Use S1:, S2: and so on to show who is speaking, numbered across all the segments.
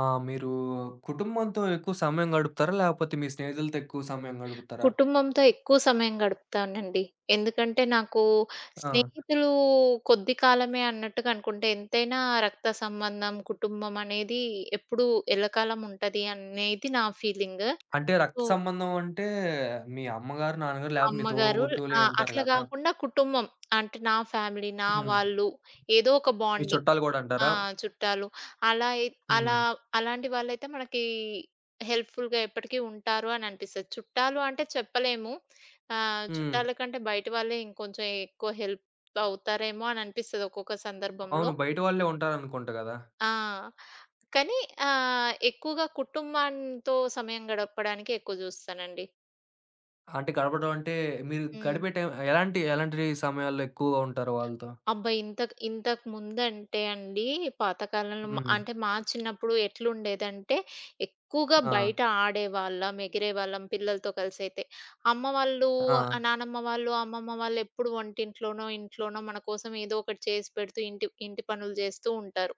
S1: ఆ! మీరు కుటుంబంతో ఎక్కువ సమయం గడుపుతారా? లేపోతే మీ స్నేహితులతో ఎక్కువ సమయం గడుపుతారా?
S2: కుటుంబంతో ఎక్కువ సమయం గడుపుతానండి. ఎందుకంటే నాకు
S1: ఆ!
S2: స్నేహితులు కొద్ది కాలమే అన్నట్టుగా అనుకుంటే ఎంతైనా రక్త సంబంధం, కుటుంబం అనేది ఎప్పుడూ ఎల్లకాలం ఉంటది అనేది నా ఫీలింగ్.
S1: అంటే రక్త
S2: సో,
S1: సంబంధం అంటే మీ అమ్మగారు, నాన్నగారు లేకపోతే మీ
S2: అమ్మగారు.
S1: తోబుట్టువులే
S2: ఆ!
S1: ఉంటారు
S2: అట్లా
S1: గదా!
S2: గాకుండా కుటుంబం అంటే నా ఫ్యామిలీ, నా
S1: హ్మ్.
S2: వాళ్ళు, ఏదో ఒక
S1: మీ
S2: బాండింగ్.
S1: చుట్టాలు గూడా
S2: ఆ!
S1: అంటారా?
S2: చుట్టాలు. అలా అయి అలా
S1: హ్మ్.
S2: అలాంటి వాళ్ళైతే మనకి హెల్ప్‌ఫుల్‌గా ఎప్పటికీ ఉంటారు అని అనిపిస్తది. చుట్టాలు అంటే చెప్పలేము.
S1: హ్మ్.
S2: చుట్టాల కంటే బయట వాళ్ళే ఇంకొంచెం ఎక్కువ హెల్ప్ అవుతారేమో అని అనిపిస్తది ఒక్కొక్క సందర్భంలో.
S1: అవును. బయట వాళ్ళే ఉంటారనుకుంటా గదా!
S2: ఆ! కానీ ఎక్కువగా కుటుంబంతో సమయం గడపడానికి ఎక్కువ చూస్తానండి.
S1: అంటే గడపడం అంటే మీరు
S2: హ్మ్.
S1: గడిపే టైం ఎలాంటి ఎలాంటి సమయాల్లో ఎక్కువగా ఉంటారు వాళ్ళతో?
S2: అబ్బా! ఇంతకు ఇంతకు ముందంటే అండి, పాత కాలంలో మ
S1: హ్మ్.
S2: అంటే మా చిన్నప్పుడు ఎట్లుండేదంటే, ఎక్కువగా
S1: ఆ!
S2: బయట ఆడేవాళ్ళం, ఎగిరేవాళ్ళం పిల్లలతో కలిసైతే. అమ్మ వాళ్ళు,
S1: ఆ!
S2: నానమ్మ వాళ్ళు, అమ్మమ్మ వాళ్ళు ఎప్పుడు వంటింట్లోనో, ఇంట్లోనో మన కోసం ఏదో ఒకటి చేసి పెడుతూ, ఇంటి ఇంటి పనులు చేస్తూ ఉంటారు.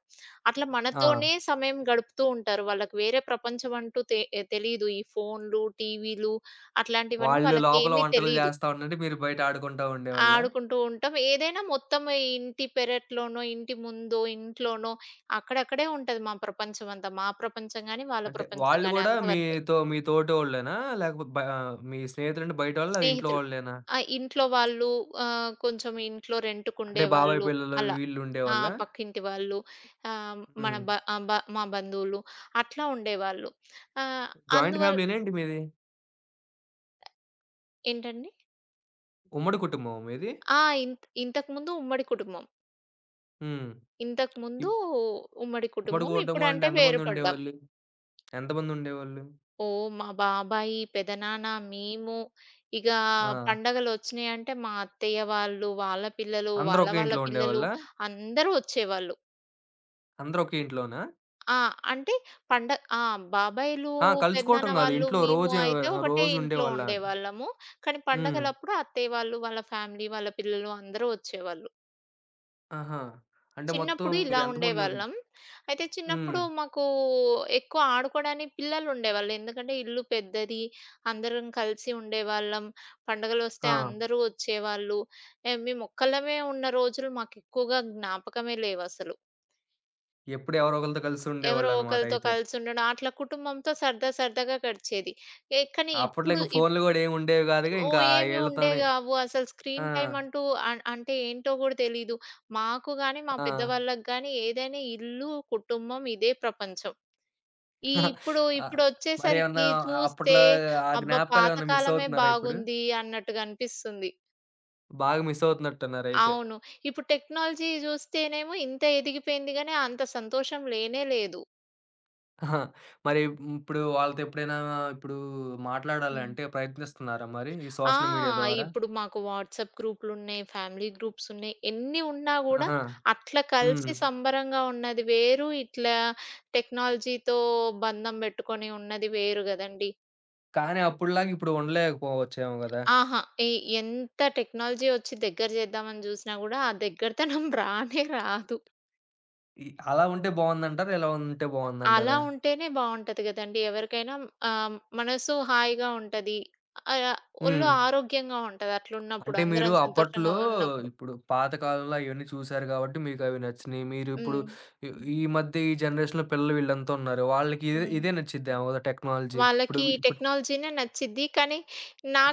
S2: అట్లా
S1: ఆ!
S2: మనతోనే సమయం గడుపుతూ ఉంటారు. వాళ్ళకి వేరే ప్రపంచం అంటూ తెలీదు. ఈ ఫోన్‌లు, టీవీలు అట్లాంటివన్నీ
S1: వాళ్ళు లోపల
S2: వాళ్ళకేమీ
S1: వంటలు
S2: తెలీదు.
S1: జేస్తా ఉండండి. మీరు బయట ఆడుకుంటా ఉండేవాళ్ళా?
S2: ఆడుకుంటూ ఉంటాం. ఏదైనా మొత్తం ఈ ఇంటి పెరట్లోనో, ఇంటి ముందో, ఇంట్లోనో అక్కడక్కడే ఉంటది మా ప్రపంచం అంతా. మా ప్రపంచం గాని, వాళ్ళ
S1: అంటే
S2: ప్రపంచం
S1: వాళ్ళు
S2: గాని
S1: గూడా
S2: అంతవరకే.
S1: మీతో మీ తోటోళ్ళేనా? లేకపోతే మీ స్నేహితులంటే బయటోళ్ళా? ఇంట్లో
S2: స్నేహితులు.
S1: వాళ్ళేనా?
S2: ఆ! ఇంట్లో వాళ్ళు, కొంచెం ఇంట్లో
S1: అంటే బాబాయ్
S2: రెంట్‌కుండేవాళ్ళు,
S1: పిల్లలు
S2: అలా.
S1: వీళ్ళు
S2: ఆ!
S1: ఉండేవాళ్ళా?
S2: పక్కింటి వాళ్ళు, ఆహ్, మన
S1: హ్మ్.
S2: బ ఆహ్, బ మా బంధువులు అట్లా ఉండేవాళ్ళు. ఆహ్,
S1: జాయింట్
S2: అందువల్ల,
S1: ఫ్యామిలీ‌నా ఏంటి మీది?
S2: ఏంటండి?
S1: ఉమ్మడి కుటుంబమా మీది?
S2: ఆ! ఇంతకుముందు ఉమ్మడి కుటుంబం.
S1: హ్మ్.
S2: ఇంతకుముందు
S1: ఇప్ ఉమ్మడి కుటుంబం అంటే
S2: ఇప్పుడంటే
S1: ఎంతమంది
S2: వేరుపడ్డాం.
S1: ఉండేవాళ్ళు? ఎంతమంది ఉండేవాళ్ళు?
S2: ఓహ్! మా బాబాయి, పెదనాన్న, మేము, ఇగ
S1: ఆ!
S2: పండగలొచ్చినాయంటే మా అత్తయ్య వాళ్ళు, వాళ్ళ పిల్లలు,
S1: అందరూ
S2: వాళ్ళ
S1: ఒకే
S2: వాళ్ళ
S1: ఇంట్లో
S2: పిల్లలు
S1: ఉండేవాళ్ళా?
S2: అందరూ వచ్చేవాళ్ళు.
S1: అందరూ ఒకే ఇంట్లోనా?
S2: ఆ! అంటే పండ ఆ! బాబాయిలు,
S1: ఆ! కలుసుకోవటం
S2: పెదనాన్న
S1: గాదు.
S2: వాళ్ళు,
S1: ఇంట్లో
S2: మేము
S1: రోజు
S2: అయితే ఒకటే
S1: రోజు
S2: ఇంట్లో
S1: ఉండేవాళ్ళా?
S2: ఉండేవాళ్ళము. కానీ
S1: హ్మ్.
S2: పండగలప్పుడు అత్తయ్య వాళ్ళు, వాళ్ళ ఫ్యామిలీ, వాళ్ళ పిల్లలు అందరూ వచ్చేవాళ్ళు.
S1: ఆహా! అంటే మొత్తం
S2: చిన్నప్పుడు ఇలా
S1: మీరు ఎంతమంది ఉండి
S2: ఉండేవాళ్ళం. అయితే
S1: హ్మ్.
S2: చిన్నప్పుడు మాకు ఎక్కువ ఆడుకోవడానికి పిల్లలుండేవాళ్ళు. ఎందుకంటే ఇల్లు పెద్దది. అందరం కలిసి ఉండేవాళ్ళం. పండుగలొస్తే
S1: ఆ!
S2: అందరూ ఒచ్చేవాళ్ళు. మేమొక్కళ్ళమే ఉన్న రోజులు మాకెక్కువగా జ్ఞాపకమే లేవసలు.
S1: ఎప్పుడు ఎవరో ఒకళ్ళతో కలిసి
S2: ఎవరో
S1: ఉండేవాళ్ళనమాట
S2: ఒకళ్ళతో
S1: అయితే.
S2: కలిసుండడం అట్లా కుటుంబంతో సరదా సరదాగా గడిచేది. కానీ
S1: అప్పట్లో
S2: ఇప్పుడు
S1: ఇంక ఫోన్‌లు గూడా ఏముండేవి గాదుగా. ఇంకా
S2: ఓహ్!
S1: ఆ
S2: ఏమి
S1: ఈళ్ళతోనే.
S2: ఉండేగావు. అసలు
S1: ఆ!
S2: స్క్రీన్ టైమ్ అంటూ అన్ అంటే ఏంటో గూడా తెలీదు. మాకు గాని, మా
S1: ఆ!
S2: పెద్దవాళ్ళకి గాని ఏదైనా ఇల్లు, కుటుంబం ఇదే ప్రపంచం. ఈ ఇప్పుడు
S1: ఆహ్, మరేమన్నా
S2: ఇప్పుడొచ్చేసరికి చూస్తే
S1: అప్పట్లో ఆ
S2: అబ్బా! పాత
S1: జ్ఞాపకాలేమన్నా మిస్
S2: కాలమే
S1: అవుతున్నారా ఇప్పుడు?
S2: బాగుంది అన్నట్టుగా అనిపిస్తుంది.
S1: బాగా మిస్ అవుతున్నట్టున్నారయితే.
S2: అవును. ఇప్పుడు టెక్నాలజీ జూస్తేనేమో ఇంత ఎదిగిపోయింది గానీ, అంత సంతోషం లేనే లేదు.
S1: ఆహా! మరి హ్మ్, ఇప్పుడు వాళ్ళతో ఎప్పుడైనా ఇప్పుడు
S2: హ్మ్.
S1: మాట్లాడాలంటే ప్రయత్నిస్తున్నారా మరి ఈ
S2: ఆ!
S1: సోషల్ మీడియా ద్వారా?
S2: ఇప్పుడు మాకు వాట్సాప్ గ్రూపులున్నాయి. ఫ్యామిలీ గ్రూప్సున్నాయి. ఎన్ని ఉన్నా గూడా
S1: ఆహా!
S2: అట్లా
S1: హ్మ్.
S2: కలిసి సంబరంగా ఉన్నది వేరు. ఇట్లా టెక్నాలజీతో బంధం బెట్టుకొని ఉన్నది వేరు గదండీ.
S1: కానీ అప్పుడులాగా ఇప్పుడు ఉండలేకపోవచ్చేమో గదా!
S2: ఆహా! ఎ ఎంత టెక్నాలజీ ఒచ్చి దగ్గర జేద్దామని జూసినా గూడా ఆ దగ్గరతనం రానే రాదు.
S1: అలా ఉంటే బావుందంటారా? ఇలా ఉంటే
S2: అలా
S1: బావుందంటారా?
S2: ఉంటేనే బావుంటది గదండీ. ఎవరికైనా ఆహ్, మనసు హాయిగా ఉంటది. ఆహ్, ఒళ్ళు
S1: హ్మ్.
S2: ఆరోగ్యంగా ఉంటది అట్లున్నప్పుడు,
S1: అంటే మీరు
S2: అందరం
S1: అప్పట్లో
S2: సంతోషంగా ఉన్నప్పుడు.
S1: ఇప్పుడు పాత కాలంలో అయన్నీ చూసారు గాబట్టి మీకవి నచ్చినియి. మీరిప్పుడు
S2: హ్మ్.
S1: ఈ ఈ మధ్య ఈ జనరేషన్‌లో పిల్లలు వీళ్ళంతా ఉన్నారు. వాళ్ళకి ఇదే
S2: హ్మ్.
S1: ఇదే నచ్చిద్దేమో గదా! టెక్నాలజీ. ఇప్పుడు
S2: వాళ్ళకి ఈ
S1: ఇప్పుడు
S2: టెక్నాలజీనే నచ్చిద్ది. కానీ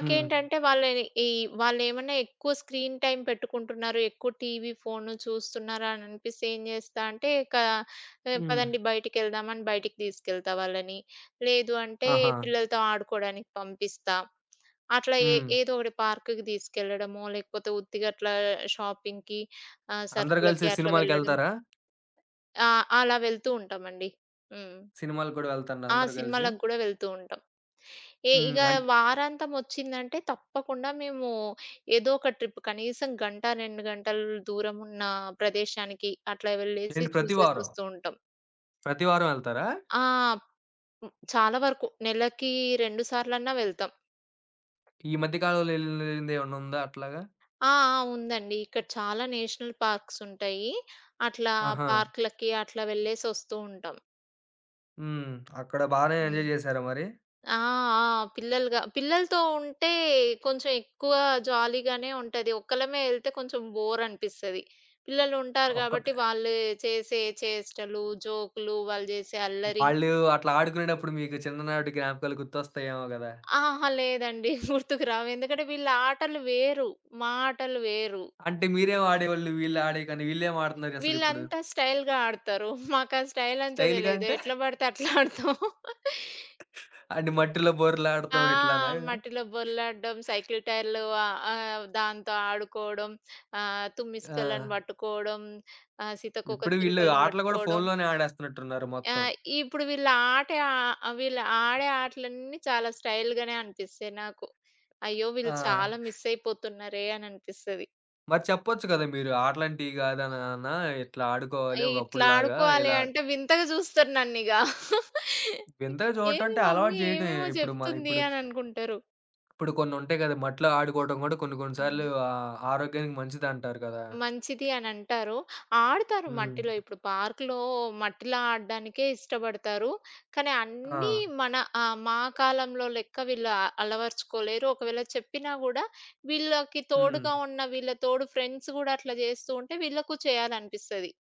S1: హ్మ్.
S2: వాళ్ళని ఈ వాళ్ళేమన్నా ఎక్కువ స్క్రీన్ టైమ్ పెట్టుకుంటున్నారు, ఎక్కువ టీవీ, ఫోను చూస్తున్నారా అని అనిపిస్తే ఏం చేస్తా అంటే, ఇక
S1: హ్మ్.
S2: పదండి బయటికెళ్దాం అని బయటికి తీసుకెళ్తా వాళ్ళని. లేదు అంటే
S1: ఆహా!
S2: పిల్లలతో ఆడుకోవడానికి పంపిస్తా. అట్లా
S1: హ్మ్.
S2: ఏదో ఒకటి పార్క్‌కి తీసుకెళ్లడమో, లేకపోతే ఉత్తిగా అట్లా షాపింగ్‌కి,
S1: అందరూ గలిసి
S2: సరుకులకి అట్లా వెళ్ళడము.
S1: సినిమాలకెళ్తారా?
S2: ఆ! అలా వెళ్తూ ఉంటామండి. హ్మ్.
S1: సినిమాలకు గూడా వెళ్తారా
S2: ఆ!
S1: అందరూ గలిసి?
S2: సినిమాలకు గూడా వెళ్తూ ఉంటాం. ఏ
S1: హ్మ్.
S2: ఇగ
S1: అంటే
S2: వారాంతమొచ్చిందంటే తప్పకుండా మేము ఏదో ఒక ట్రిప్ కనీసం గంట, 2 గంటలు దూరమున్న ప్రదేశానికి అట్లా వెళ్ళేసి
S1: ఏంటి ప్రతి వారం?
S2: చూసేసొస్తూ ఉంటాం.
S1: ప్రతి వారం వెళ్తారా?
S2: ఆ! హ్మ్. చాలా వరకు నెలకి 2 సార్లన్నా వెళ్తాం.
S1: ఈ మధ్య కాలంలో ఎళ్ళిందేమన్నా ఉందా అట్లాగా?
S2: ఆ! ఆ! ఉందండి. ఇక్కడ చాలా నేషనల్ పార్క్సుంటాయి. అట్లా
S1: ఆహా!
S2: పార్క్‌లకి అట్లా వెళ్ళేసొస్తూ ఉంటాం.
S1: హ్మ్. అక్కడ బానే
S2: హ్మ్.
S1: ఎంజాయ్ జేసారా మరి?
S2: ఆ! ఆ! పిల్లలుగా పిల్లలతో ఉంటే కొంచెం ఎక్కువ జాలీగానే ఉంటది. ఒక్కళ్ళమే ఎళ్తే కొంచెం బోర్ అనిపిస్తది. పిల్లలు ఉంటారు
S1: ఒక్క
S2: గాబట్టి వాళ్ళు చేసే చేష్టలు, జోకులు, వాళ్ళు జేసే అల్లరి.
S1: వాళ్ళు అట్లా ఆడుకునేటప్పుడు మీకు చిన్ననాటి జ్ఞాపకాలు గుర్తొస్తాయేమో గదా!
S2: అహా! లేదండి. గుర్తుకు రావు. ఎందుకంటే వీళ్ళ ఆటలు వేరు. మా ఆటలు వేరు.
S1: అంటే మీరేం ఆడేవాళ్ళు? వీళ్ళు ఆడే కానీ వీళ్ళేం ఆడుతున్నారు అసలిప్పుడు?
S2: వీళ్ళంతా స్టైల్‌గా ఆడతారు. మాకా స్టైల్ అంతా
S1: స్టైల్‌గా
S2: తెలీదు.
S1: అంటే
S2: ఎట్లా పడితే అట్లా ఆడతాం.
S1: అంటే మట్టిలో
S2: ఆ!
S1: బోర్లాడటం ఇట్లానా?
S2: మట్టిలో బొర్లాడడం, సైకిల్ టైర్‌లు ఆహ్, ఆహ్, దాంతో ఆడుకోవడం,
S1: ఆ!
S2: తుమ్మిస్కలను పట్టుకోవడం, సీతకోక
S1: ఇప్పుడు వీళ్ళు
S2: చిలుకల్ని
S1: ఆటలు గూడా
S2: పట్టుకోవడం.
S1: ఫోన్‌లోనే ఆడేస్తున్నట్టున్నారు మొత్తం.
S2: ఆహ్, ఇప్పుడు వీళ్ళ ఆట ఆహ్, వీళ్ళు ఆడే ఆటలన్నీ చాలా స్టైల్‌గానే అనిపిస్తాయి నాకు. అయ్యో! వీళ్ళు
S1: ఆ!
S2: చాలా మిస్ అయిపోతున్నారే అని అనిపిస్తది.
S1: మరి చెప్పొచ్చు కదా! మీరు "ఆటలంటియి కాదా నాన్న ఇట్లా ఆడుకోవాలి
S2: ఇట్లా
S1: ఒకప్పుడులాగా"
S2: ఆడుకోవాలి
S1: ఇలా
S2: అంటే వింతగా చూస్తారు నన్నిగా.
S1: వింతగా చూడటం
S2: ఏది
S1: అంటే అలవాటు
S2: మమ్మీ
S1: చేయటమే.
S2: ఏమేమో
S1: ఇప్పుడు మన
S2: చెప్తుంది
S1: ఇప్పుడు
S2: అని అనుకుంటారు.
S1: ఇప్పుడు కొన్ని ఉంటాయి కదా! మట్టిలో ఆడుకోవడం గూడా కొన్ని కొన్ని
S2: హ్మ్.
S1: సార్లు ఆరోగ్యానికి మంచిదంటారు కదా!
S2: మంచిది అనంటారు. ఆడతారు
S1: హ్మ్.
S2: మట్టిలో. ఇప్పుడు పార్క్‌లో మట్టిలో ఆడడానికే ఇష్టపడతారు. కానీ
S1: ఆ!
S2: అన్నీ మన మా కాలంలో లెక్క వీళ్ళు అలవరుచుకోలేరు. ఒకవేళ చెప్పినా గూడా వీళ్ళకి
S1: హ్మ్.
S2: తోడుగా ఉన్న వీళ్ళ తోడు ఫ్రెండ్స్ గూడా అట్లా జేస్తూ ఉంటే వీళ్ళకు చేయాలనిపిస్తది.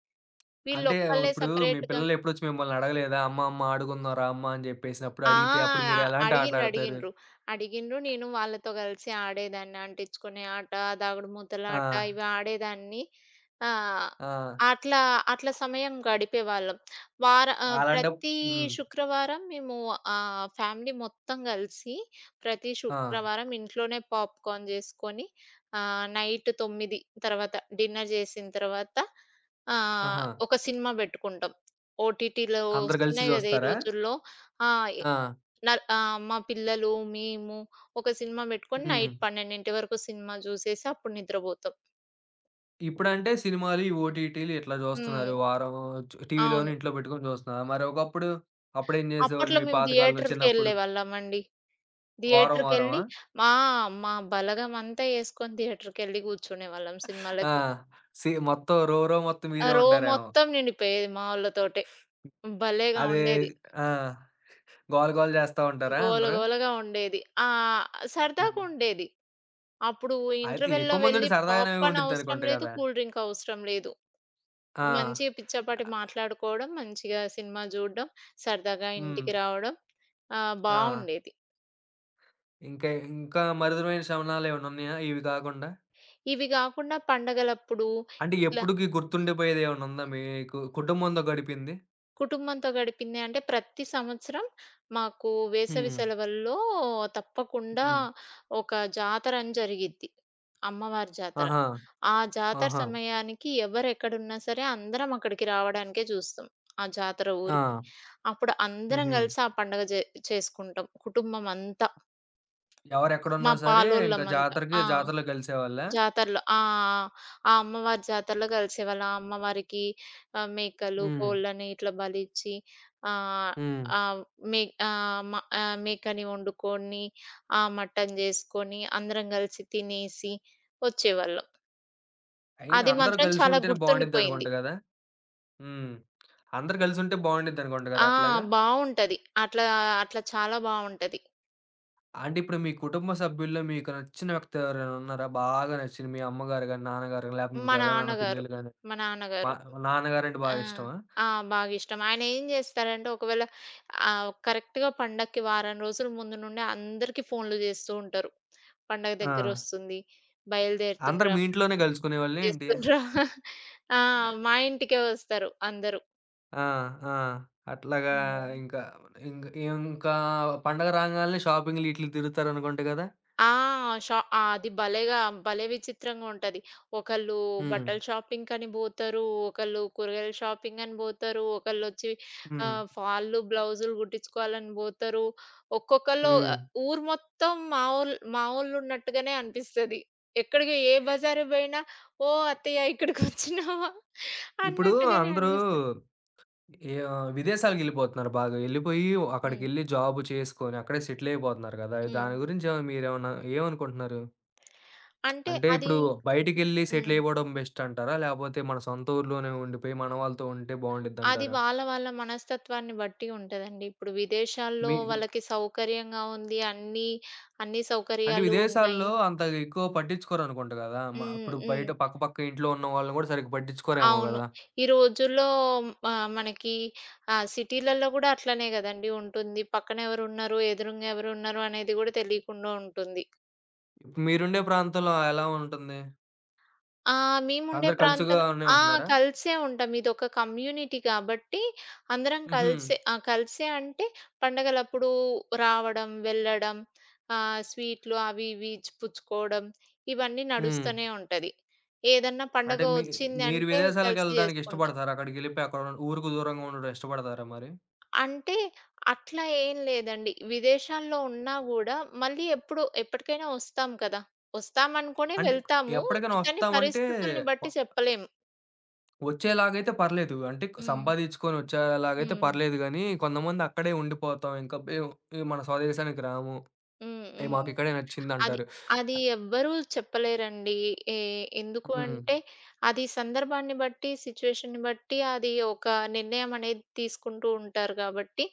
S1: అంటే
S2: వీళ్ళొక్కళ్ళే
S1: ఇప్పుడు మీ
S2: సెపరేట్‌గా.
S1: పిల్లలెప్పుడొచ్చి మిమ్మల్ని అడగలేదా? "అమ్మ, అమ్మ ఆడుకుందాం రా అమ్మ" అని జెప్పేసినప్పుడు
S2: ఆ!
S1: అడిగితే అప్పుడు మీరెలాంటి
S2: అడిగిండ్రు.
S1: ఆటలాడతారు?
S2: అడిగిండ్రు. అడిగిండ్రు. నేను వాళ్ళతో కలిసి ఆడేదాన్ని. అంటించుకునే ఆట,
S1: ఆ!
S2: దాగుడుమూతలాట ఇవి ఆడేదాన్ని. ఆహ్,
S1: ఆ!
S2: అట్లా అట్లా సమయం గడిపేవాళ్ళం.
S1: అలాంటప్
S2: ప్రతి
S1: హ్మ్.
S2: శుక్రవారం మేము, ఫ్యామిలీ మొత్తం కలిసి ప్రతి
S1: ఆ!
S2: శుక్రవారం ఇంట్లోనే పాప్‌కార్న్ జేసుకొని, నైట్ 9 తర్వాత డిన్నర్ జేసిన తర్వాత ఆహ్,
S1: ఆహా!
S2: ఒక సినిమా బెట్టుకుంటాం. ఓటీటీలో
S1: అందరూ కలిసి
S2: వస్తున్నాయి గదా ఈ
S1: జూస్తారా?
S2: రోజుల్లో. ఆ!
S1: ఆ!
S2: మా పిల్లలు, మేము ఒక సినిమా పెట్టుకొని
S1: హ్మ్.
S2: నైట్ 12:00 వరకు సినిమా చూసేసి అప్పుడు నిద్రపోతాం.
S1: ఇప్పుడంటే సినిమాలు, ఈ ఓటీటీలు ఇట్లా
S2: హ్మ్.
S1: జూస్తున్నారు. వారం టీవీలోను
S2: అవును.
S1: ఇంట్లో పెట్టుకొని జూస్తున్నారు. మరి ఒకప్పుడు అప్పుడేం జేసేవాళ్ళు
S2: అప్పట్లో
S1: మీ
S2: మేము
S1: పాతకాలంలో చిన్నప్పుడు?
S2: థియేటర్‌కెళ్ళేవాళ్ళమండి.
S1: వారం
S2: థియేటర్‌కెళ్ళి
S1: వారమా?
S2: మా మా బలగం అంతా ఏసుకొని థియేటర్‌కెళ్ళి కూర్చునేవాళ్ళం
S1: ఆ!
S2: సినిమాలకి.
S1: మొత్తం రో రో మొత్తం
S2: ఆ
S1: మీరే
S2: రో
S1: ఉంటారేమో.
S2: మొత్తం నిండిపోయేది మా వోళ్ళతోటే. భలేగా
S1: అదే
S2: ఉండేది.
S1: ఆ! గోల గోల జేస్తా ఉంటారా
S2: గోల
S1: అందరూ?
S2: గోలగా ఉండేది. ఆ!
S1: హ్మ్.
S2: సరదాగుండేది. అప్పుడు
S1: అయితే
S2: ఇంటర్వెల్‌లో
S1: ఎక్కువ మందుంటే
S2: వెళ్లి
S1: సరదాగానే
S2: పాప్‌కార్న్ అవసరం
S1: ఉండిద్దనుకుంట
S2: లేదు,
S1: గదా!
S2: కూల్ డ్రింక్ అవసరం లేదు.
S1: ఆ!
S2: మంచిగా పిచ్చాపాటి
S1: ఆహ్,
S2: మాట్లాడుకోవడం, మంచిగా సినిమా జూడడం, సరదాగా
S1: హ్మ్.
S2: ఇంటికి రావడం,
S1: ఆ!
S2: బావుండేది.
S1: ఇంకా ఇంకా మధురమైన క్షమణాలేమన్నా ఉన్నాయా ఇవి గాకుండా?
S2: ఇవి గాకుండా పండగలప్పుడు
S1: అంటే
S2: ఇట్లా
S1: ఎప్పటికి గుర్తుండిపోయేదేమన్నా ఉందా మీకు కుటుంబంతో గడిపింది?
S2: కుటుంబంతో గడిపినయి అంటే ప్రతి సంవత్సరం మాకు వేసవి
S1: హ్మ్.
S2: సెలవుల్లో తప్పకుండా
S1: హ్మ్.
S2: ఒక జాతరని జరిగిద్ది. అమ్మవారి జాతర.
S1: ఆహా!
S2: ఆ జాతర
S1: ఆహా!
S2: సమయానికి ఎవరెక్కడున్నా సరే అందరం అక్కడికి రావడానికే జూస్తాం. ఆ జాతర ఊరికి.
S1: ఆ!
S2: అప్పుడు అందరం
S1: హుహు.
S2: గలిసి ఆ పండగ చేసుకుంటాం, కుటుంబం అంతా. మా
S1: ఎవరెక్కడున్నా సరే ఇంక
S2: పాలోళ్ళమంతా.
S1: జాతరకి
S2: ఆ!
S1: జాతరలో కలిసేవాళ్ళా?
S2: జాతరలో. ఆ! ఆ! ఆ అమ్మవారి జాతరలో కలిసేవాళ్ళం. ఆ అమ్మవారికి మేకలు,
S1: హ్మ్.
S2: కోళ్ళని ఇట్లా బలిచ్చి, ఆహ్,
S1: హ్మ్.
S2: ఆహ్, మే ఆహ్, మ ఆహ్, మేకని వండుకొని, ఆ మటన్ జేసుకొని, అందరం కలిసి తినేసి వచ్చేవాళ్ళం.
S1: అయినా
S2: అది
S1: అందరూ
S2: మాత్రం చాలా
S1: కలిసుంటేనే బావుండిద్దనుకుంట
S2: గుర్తుండిపోయింది.
S1: గదా! హ్మ్. అందరూ కలిసుంటే బావుండిద్దనుకుంట గదా!
S2: ఆ!
S1: అట్లాగా?
S2: బావుంటది. అట్లా అట్లా చాలా బావుంటది.
S1: అంటే ఇప్పుడు మీ కుటుంబ సభ్యుల్లో మీకు నచ్చిన వ్యక్తి ఎవరైనా ఉన్నారా? బాగా నచ్చింది మీ అమ్మగారు గాని, నాన్నగారు గాని, లేకపోతే మీ
S2: మా
S1: పెదనాన్న,
S2: నాన్నగారు.
S1: పిన్నిలు గాని
S2: మా
S1: మా
S2: నాన్నగారు.
S1: నాన్నగారంటే
S2: ఆ!
S1: బాగా ఇష్టమా?
S2: ఆ! బాగిష్టం. ఆయనేం జేస్తారంటే, ఒకవేళ కరెక్ట్‌గా పండక్కి వారం రోజుల ముందు నుండే అందరికీ ఫోన్లు జేస్తూ ఉంటారు. "పండగ
S1: ఆ!
S2: దగ్గరొస్తుంది.
S1: అందరూ
S2: బయలుదేరుతుండ్రా,
S1: మీ ఇంట్లోనే కలుసుకునేవాళ్ళా ఏంటి?
S2: చేస్తుండ్రా." ఆ! మా ఇంటికే వస్తారు అందరూ.
S1: ఆ! ఆ! అట్లాగా
S2: హ్మ్.
S1: ఇంకా ఇంక ఇంకా పండగ రాంగాల్నే షాపింగ్‌లు ఈటిలకి తిరుగుతారనుకుంట గదా?
S2: ఆ! అది భలేగా, భలే విచిత్రంగా ఉంటది. ఒకళ్ళు
S1: హ్మ్.
S2: బట్టల షాపింగ్‌కని బోతరు, ఒకళ్ళు కూరగాయల షాపింగని బోతరు, ఒకళ్ళొచ్చి
S1: హ్మ్.
S2: ఫాల్‌లు, బ్లౌజులు గుట్టించుకోవాలని బోతరు. ఒక్కొక్కళ్ళు
S1: హ్మ్.
S2: ఆహ్, ఊరు మొత్తం మావోళ్ళు మావోళ్ళున్నట్టుగానే అనిపిస్తది. ఎక్కడికి ఏ బజారుకి బోయినా, "ఓ అత్తయ్య ఇక్కడికొచ్చినావా"
S1: ఇప్పుడు
S2: అన్నట్టుగానే
S1: అందరూ
S2: అనిపిస్తది.
S1: విదేశాలకెళ్ళిపోతున్నారు బాగా. ఎళ్ళిపోయి
S2: హ్మ్.
S1: అక్కడికెళ్ళి జాబ్ చేసుకొని, అక్కడే సెటిల్ అయిపోతున్నారు గదా!
S2: హ్మ్.
S1: దాని గురించి ఏమైనా మీరేమన్నా ఏమనుకుంటున్నారు?
S2: అంటే
S1: అంటే
S2: అది
S1: ఇప్పుడు బయటికెళ్ళి
S2: హ్మ్.
S1: సెటిలయిపోవడం బెస్ట్ అంటారా? లేపోతే మన సొంత ఊర్లోనే ఉండిపోయి మన వాళ్ళతో ఉంటే
S2: అది
S1: బావుండిద్దంటారా?
S2: వాళ్ళ వాళ్ళ మనస్తత్వాన్ని బట్టి ఉంటదండి. ఇప్పుడు విదేశాల్లో
S1: మీ
S2: వాళ్ళకి సౌకర్యంగా ఉంది. అన్ని
S1: అంటే
S2: సౌకర్యాలు
S1: విదేశాల్లో
S2: ఉన్నాయి.
S1: అంత ఎక్కువ పట్టించుకోరనుకుంట గదా!
S2: హ్మ్.
S1: ఇప్పుడు
S2: హ్మ్.
S1: బయట పక్క పక్క ఇంట్లో ఉన్న వాళ్ళని గూడా సరిగ్గా పట్టించుకోరేమో
S2: అవును.
S1: గదా!
S2: ఈ రోజుల్లో మనకి సిటీలలో గూడా అట్లనే గదండీ ఉంటుంది. పక్కన ఎవరున్నారు, ఎదురుంగా ఎవరున్నారు అనేది గూడా తెలీకుండా ఉంటుంది.
S1: ఇప్పుడు మీరుండే ప్రాంతంలో ఎలా ఉంటుంది?
S2: ఆ! మేముండే
S1: అందరూ
S2: ప్రాంతం,
S1: కలిసిగానే
S2: ఆ!
S1: ఉంటున్నారా?
S2: కలిసే ఉంటాం. ఇదొక కమ్యూనిటీ కాబట్టి అందరం
S1: హుహు.
S2: కలిసే, ఆ! కలిసే అంటే పండగలప్పుడు రావడం, వెళ్ళడం, స్వీట్లు అవి ఇవి ఇచ్చి పుచ్చుకోవడం, ఇవన్నీ
S1: హ్మ్.
S2: నడుస్తూనే ఉంటది. ఏదన్నా పండగ
S1: అంటే మీరు
S2: వచ్చిందంటే కలిసి
S1: విదేశాలకెళ్ళడానికి
S2: చేసుకుంటాం.
S1: ఇష్టపడతారా? అక్కడికెళ్ళిపోయి అక్కడ ఉన్న- ఊరుకు దూరంగా ఉండడం ఇష్టపడతారా మరి?
S2: అంటే అట్లా ఏం లేదండి. విదేశాల్లో ఉన్నా గూడా మళ్ళీ ఎప్పటికైనా వస్తాం కదా! వస్తామనుకునే
S1: అంటే
S2: వెళ్తాము.
S1: ఎప్పటికైనా
S2: కానీ
S1: ఒస్తామంటే
S2: పరిస్థితుల్ని
S1: ప
S2: బట్టి చెప్పలేము.
S1: వచ్చేలాగైతే పర్లేదు. అంటే
S2: హ్మ్.
S1: సంపాదించుకొనొచ్చేలాగైతే
S2: హ్మ్.
S1: పర్లేదు గానీ, కొంతమంది అక్కడే ఉండిపోతాం. ఇంకా ఇగ మన స్వదేశానికి రాము.
S2: హ్మ్.
S1: "ఏయ్!
S2: హ్మ్.
S1: మాకిక్కడే
S2: అది
S1: నచ్చిందంటారు."
S2: అది ఎవ్వరూ చెప్పలేరండి. ఏ ఎందుకు
S1: హ్మ్.
S2: అంటే, అది సందర్భాన్ని బట్టి, సిచ్యుయేషన్‌ని బట్టి అది ఒక నిర్ణయం అనేది తీసుకుంటూ ఉంటారు గాబట్టి,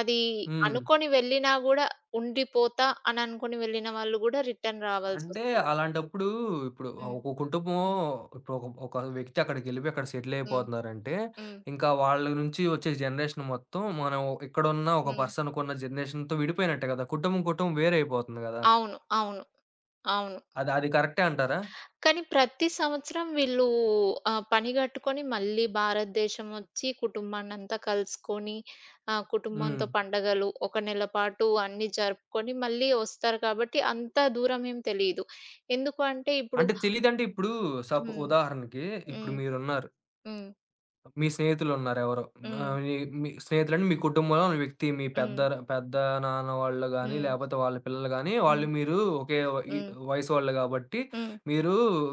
S2: అది
S1: హ్మ్.
S2: అనుకోని వెళ్ళినా గూడా ఉండిపోతా అని అనుకుని వెళ్ళిన వాళ్ళు గూడా రిటర్న్
S1: అంటే
S2: రావాల్సొస్తది.
S1: అలాంటప్పుడు ఇప్పుడు
S2: హ్మ్.
S1: ఒక కుటుంబం ఇప్పుడు ఒక ఒక వ్యక్తి అక్కడికెళ్ళిపోయి అక్కడ సెటిల్
S2: హ్మ్.
S1: అయిపోతున్నారంటే,
S2: హ్మ్.
S1: ఇంకా వాళ్ళ నుంచి వచ్చే జనరేషన్ మొత్తం మనం ఇక్కడున్న ఒక
S2: హ్మ్.
S1: పర్సన్‌కున్న జనరేషన్‌తో విడిపోయినట్టే కదా! కుటుంబం, కుటుంబం వేరైపోతుంది గదా!
S2: అవును. అవును. అవును.
S1: అది అది కరెక్టే అంటారా?
S2: కానీ ప్రతి సంవత్సరం వీళ్ళు పని గట్టుకొని మళ్ళీ భారతదేశం వచ్చి కుటుంబాన్నంతా కలుసుకొని,
S1: హ్మ్.
S2: కుటుంబంతో పండగలు ఒక నెల పాటు అన్నీ జరుపుకొని మళ్ళీ వస్తారు కాబట్టి అంత దూరం ఏం తెలీదు. ఎందుకు అంటే ఇప్పుడు
S1: అంటే తెలీదంటే ఇప్పుడు
S2: హ్మ్.
S1: ఉదాహరణకి ఇప్పుడు
S2: హ్మ్.
S1: మీరున్నారు.
S2: హ్మ్.
S1: మీ స్నేహితులున్నారెవరో.
S2: హ్మ్.
S1: ఆహ్, మీ మీ స్నేహితులంటే మీ కుటుంబంలోని వ్యక్తి మీ పెద్ద
S2: హ్మ్.
S1: పెద్ద నాన్న వాళ్ళు గాని,
S2: హ్మ్.
S1: లేపోతే వాళ్ళ పిల్లలు గాని, వాళ్ళు
S2: హ్మ్.
S1: మీరు ఒకే వ ఈ
S2: హ్మ్.
S1: వయసు వాళ్ళు గాబట్టి, మీరు,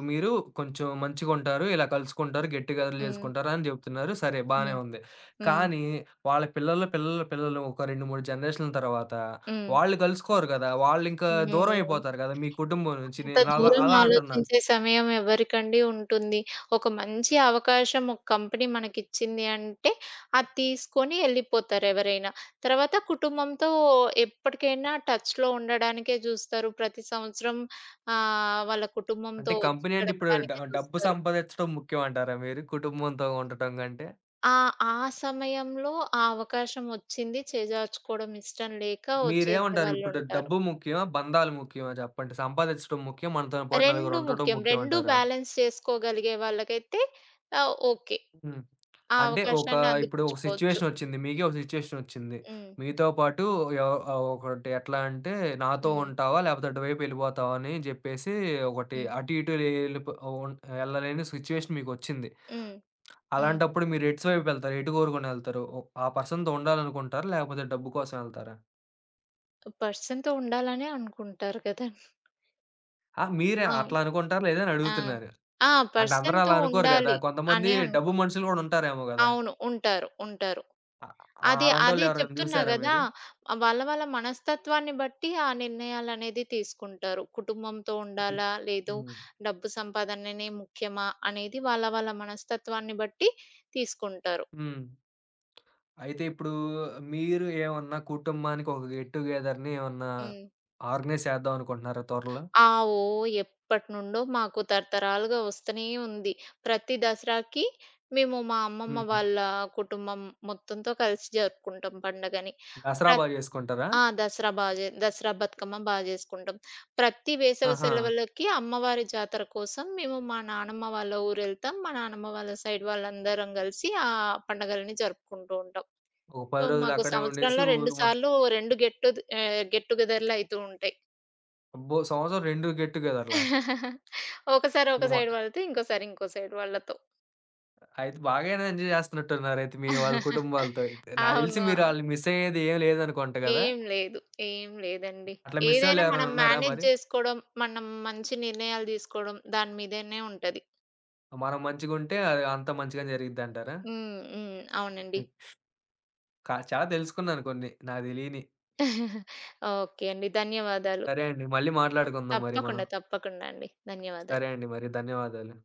S1: మీరు కొంచెం మంచిగుంటారు, ఇలా కలుసుకుంటారు, గెట్ టుగెదర్‌లు
S2: హ్మ్.
S1: జేసుకుంటారు అని జెప్తున్నారు. సరే బానే
S2: హ్మ్.
S1: ఉంది.
S2: హ్మ్.
S1: కానీ వాళ్ళ పిల్లల పిల్లల పిల్లలు ఒక 2, 3 జనరేషన్‌ల తర్వాత
S2: హ్మ్.
S1: వాళ్ళు కలుసుకోరు గదా! వాళ్ళింకా
S2: హ్మ్.
S1: దూరం
S2: హ్మ్.
S1: అయిపోతారు గదా! మీ కుటుంబం నుంచి.
S2: అంత
S1: నేనలా అలా
S2: దూరం
S1: అలా అంటున్నాను.
S2: ఆలోచించే సమయం ఎవరికండి ఉంటుంది. ఒక మంచి అవకాశం ఒక కంపెనీ మనకిచ్చింది అంటే, అది తీసుకొని ఎళ్ళిపోతారు ఎవరైనా. తర్వాత కుటుంబంతో ఎప్పటికైనా టచ్‌లో ఉండడానికే చూస్తారు. ప్రతి సంవత్సరం వాళ్ళ
S1: అంటే
S2: కుటుంబంతో వచ్చి
S1: కంపెనీ అంటే ఇప్పుడు
S2: గడపడానికే
S1: డబ్బు
S2: చూస్తారు.
S1: సంపాదిచ్చడం ముఖ్యం అంటారా మీరు? కుటుంబంతో ఉండటం కంటే?
S2: ఆ! ఆ సమయంలో ఆ అవకాశం వచ్చింది చేజార్చుకోవడం ఇష్టం లేక
S1: మీరేమంటారు? ఇప్పుడు
S2: వచ్చేసేవాళ్ళుంటారు.
S1: డబ్బు ముఖ్యమా? బంధాలు ముఖ్యమా చెప్పండి? సంపాదిచ్చడం ముఖ్యం. మనతో పాటు నలుగురు
S2: 2
S1: ఉండటం
S2: ముఖ్యం.
S1: ముఖ్యం
S2: 2
S1: అంటారా?
S2: బ్యాలెన్స్ చేసుకోగలిగే వాళ్ళకైతే ఓకే.
S1: హ్మ్.
S2: ఆ
S1: అంటే
S2: అవకాశాన్ని
S1: ఇప్పుడు ఒక
S2: అందిపుచ్చుకోవచ్చు.
S1: సిట్యుయేషన్ వచ్చింది. మీకే ఒక సిట్యుయేషన్ వచ్చింది.
S2: హ్మ్.
S1: మీతో పాటు ఒకటి ఎట్లా అంటే నాతో
S2: హ్మ్.
S1: ఉంటావా? లేకపోతే అటువైపు వెళ్ళిపోతావా? అని జెప్పేసి ఒకటి
S2: హ్మ్.
S1: అటు ఇటు ఎళ్ళిపో ఉన్ ఎళ్ళలేని సిట్యుయేషన్ మీకొచ్చింది.
S2: హ్మ్. హ్మ్.
S1: అలాంటప్పుడు మీరు ఎటు వైపు వెళ్తారు? ఎటు కోరుకొని ఎళ్తారు? ఆ పర్సన్‌తో ఉండాలనుకుంటారా? లేకపోతే డబ్బు కోసం ఎళ్తారా?
S2: పర్సన్‌తో ఉండాలనే అనుకుంటారు కదండీ!
S1: ఆ! మీరే అట్లా
S2: అవును.
S1: అనుకుంటారా? లేదా అని
S2: ఆ!
S1: అడుగుతున్నాను.
S2: ఆ!
S1: అంటే అందరూ
S2: పర్సన్‌తో
S1: అలా అనుకోరు గదా!
S2: ఉండాలి
S1: కొంతమంది
S2: అనే
S1: డబ్బు
S2: అనుకుంట.
S1: మనుషులు గూడా ఉంటారేమో గదా!
S2: అవును. ఉంటారు. ఉంటారు.
S1: అ ఆ!
S2: అదే,
S1: అలాంటోళ్ళు
S2: అదే
S1: ఎవరైనా
S2: చెప్తున్నా
S1: జూసారా
S2: గదా!
S1: మీరు?
S2: వాళ్ళ వాళ్ళ మనస్తత్వాన్ని బట్టి ఆ నిర్ణయాలనేది తీసుకుంటారు. కుటుంబంతో
S1: మీ
S2: ఉండాలా? లేదు
S1: హ్మ్.
S2: డబ్బు సంపాదననే ముఖ్యమా? అనేది వాళ్ళ వాళ్ళ మనస్తత్వాన్ని బట్టి తీసుకుంటారు.
S1: హ్మ్. అయితే ఇప్పుడు మీరు ఏమన్నా కుటుంబానికి ఒక గెట్ టుగెదర్‌ని ఏమన్నా
S2: హ్మ్.
S1: ఆర్గనైజ్ చేద్దాం అనుకుంటున్నారా త్వరలో?
S2: ఆ! ఓహ్! ఎప్పటినుండో మాకు తరతరాలుగా వస్తనే ఉంది. ప్రతి దసరాకి మేము మా అమ్మమ్మ
S1: హ్మ్.
S2: వాళ్ళ కుటుంబం మొత్తంతో కలిసి జరుపుకుంటాం పండగని.
S1: దసరా బా
S2: ప్రతి
S1: జేసుకుంటారా?
S2: ఆ! దసరా బా జే దసరా బతుకమ్మ బా జేసుకుంటాం. ప్రతి వేసవి
S1: ఆహా!
S2: సెలవులకి అమ్మవారి జాతర కోసం మేము మా నానమ్మ వాళ్ళ ఊరెళ్తాం. మా నానమ్మ వాళ్ళ సైడ్ వాళ్ళందరం గలిసి ఆ పండగలని జరుపుకుంటూ ఉంటాం.
S1: ఒక
S2: సో,
S1: 10 రోజులు
S2: మాకు
S1: అక్కడే ఉండేసి
S2: సంవత్సరంలో 2
S1: ఊరు మొత్తం
S2: సార్లు 2 గెట్ టుగెదర్‌లు అయితూ ఉంటాయి.
S1: అబ్బో! సంవత్సరం 2 గెట్ టుగెదర్‌లా?
S2: ఒకసారి ఒక
S1: ఇంక మొ
S2: సైడ్ వాళ్ళతో, ఇంకోసారి ఇంకో సైడ్ వాళ్ళతో.
S1: అయితే బాగానే ఎంజాయ్ చేస్తున్నట్టున్నారైతే మీ వాళ్ళ కుటుంబాలతో. నాకు తెలిసి
S2: అవును.
S1: మీరు
S2: అవును.
S1: ఆళ్ళని మిస్ అయ్యేది ఏం లేదనుకుంట గదా!
S2: ఏం లేదు. ఏం లేదండి.
S1: అట్లా మిస్ అయ్యేవాళ్ళు
S2: ఏదైనా
S1: ఎవరైనా
S2: మనం
S1: ఉన్నారా
S2: మేనేజ్
S1: మరి?
S2: చేసుకోవడం, మనం మంచి నిర్ణయాలు తీసుకోవడం దాని మీదనే ఉంటది.
S1: మనం మంచిగుంటే అది అంతా మంచిగానే జరిగిద్దంటారా?
S2: హ్మ్. హ్మ్. అవునండి.
S1: హ్మ్. చాలా తెలుసుకున్నాను కొన్ని నాకు తెలియనియి.
S2: ఓకే అండి. ధన్యవాదాలు.
S1: సరే అండి. మళ్ళీ మాట్లాడుకుందాం మరి మనం.
S2: తప్పకుండా, తప్పకుండా అండి. ధన్యవాదాలు.
S1: సరే అండి మరి. ధన్యవాదాలు.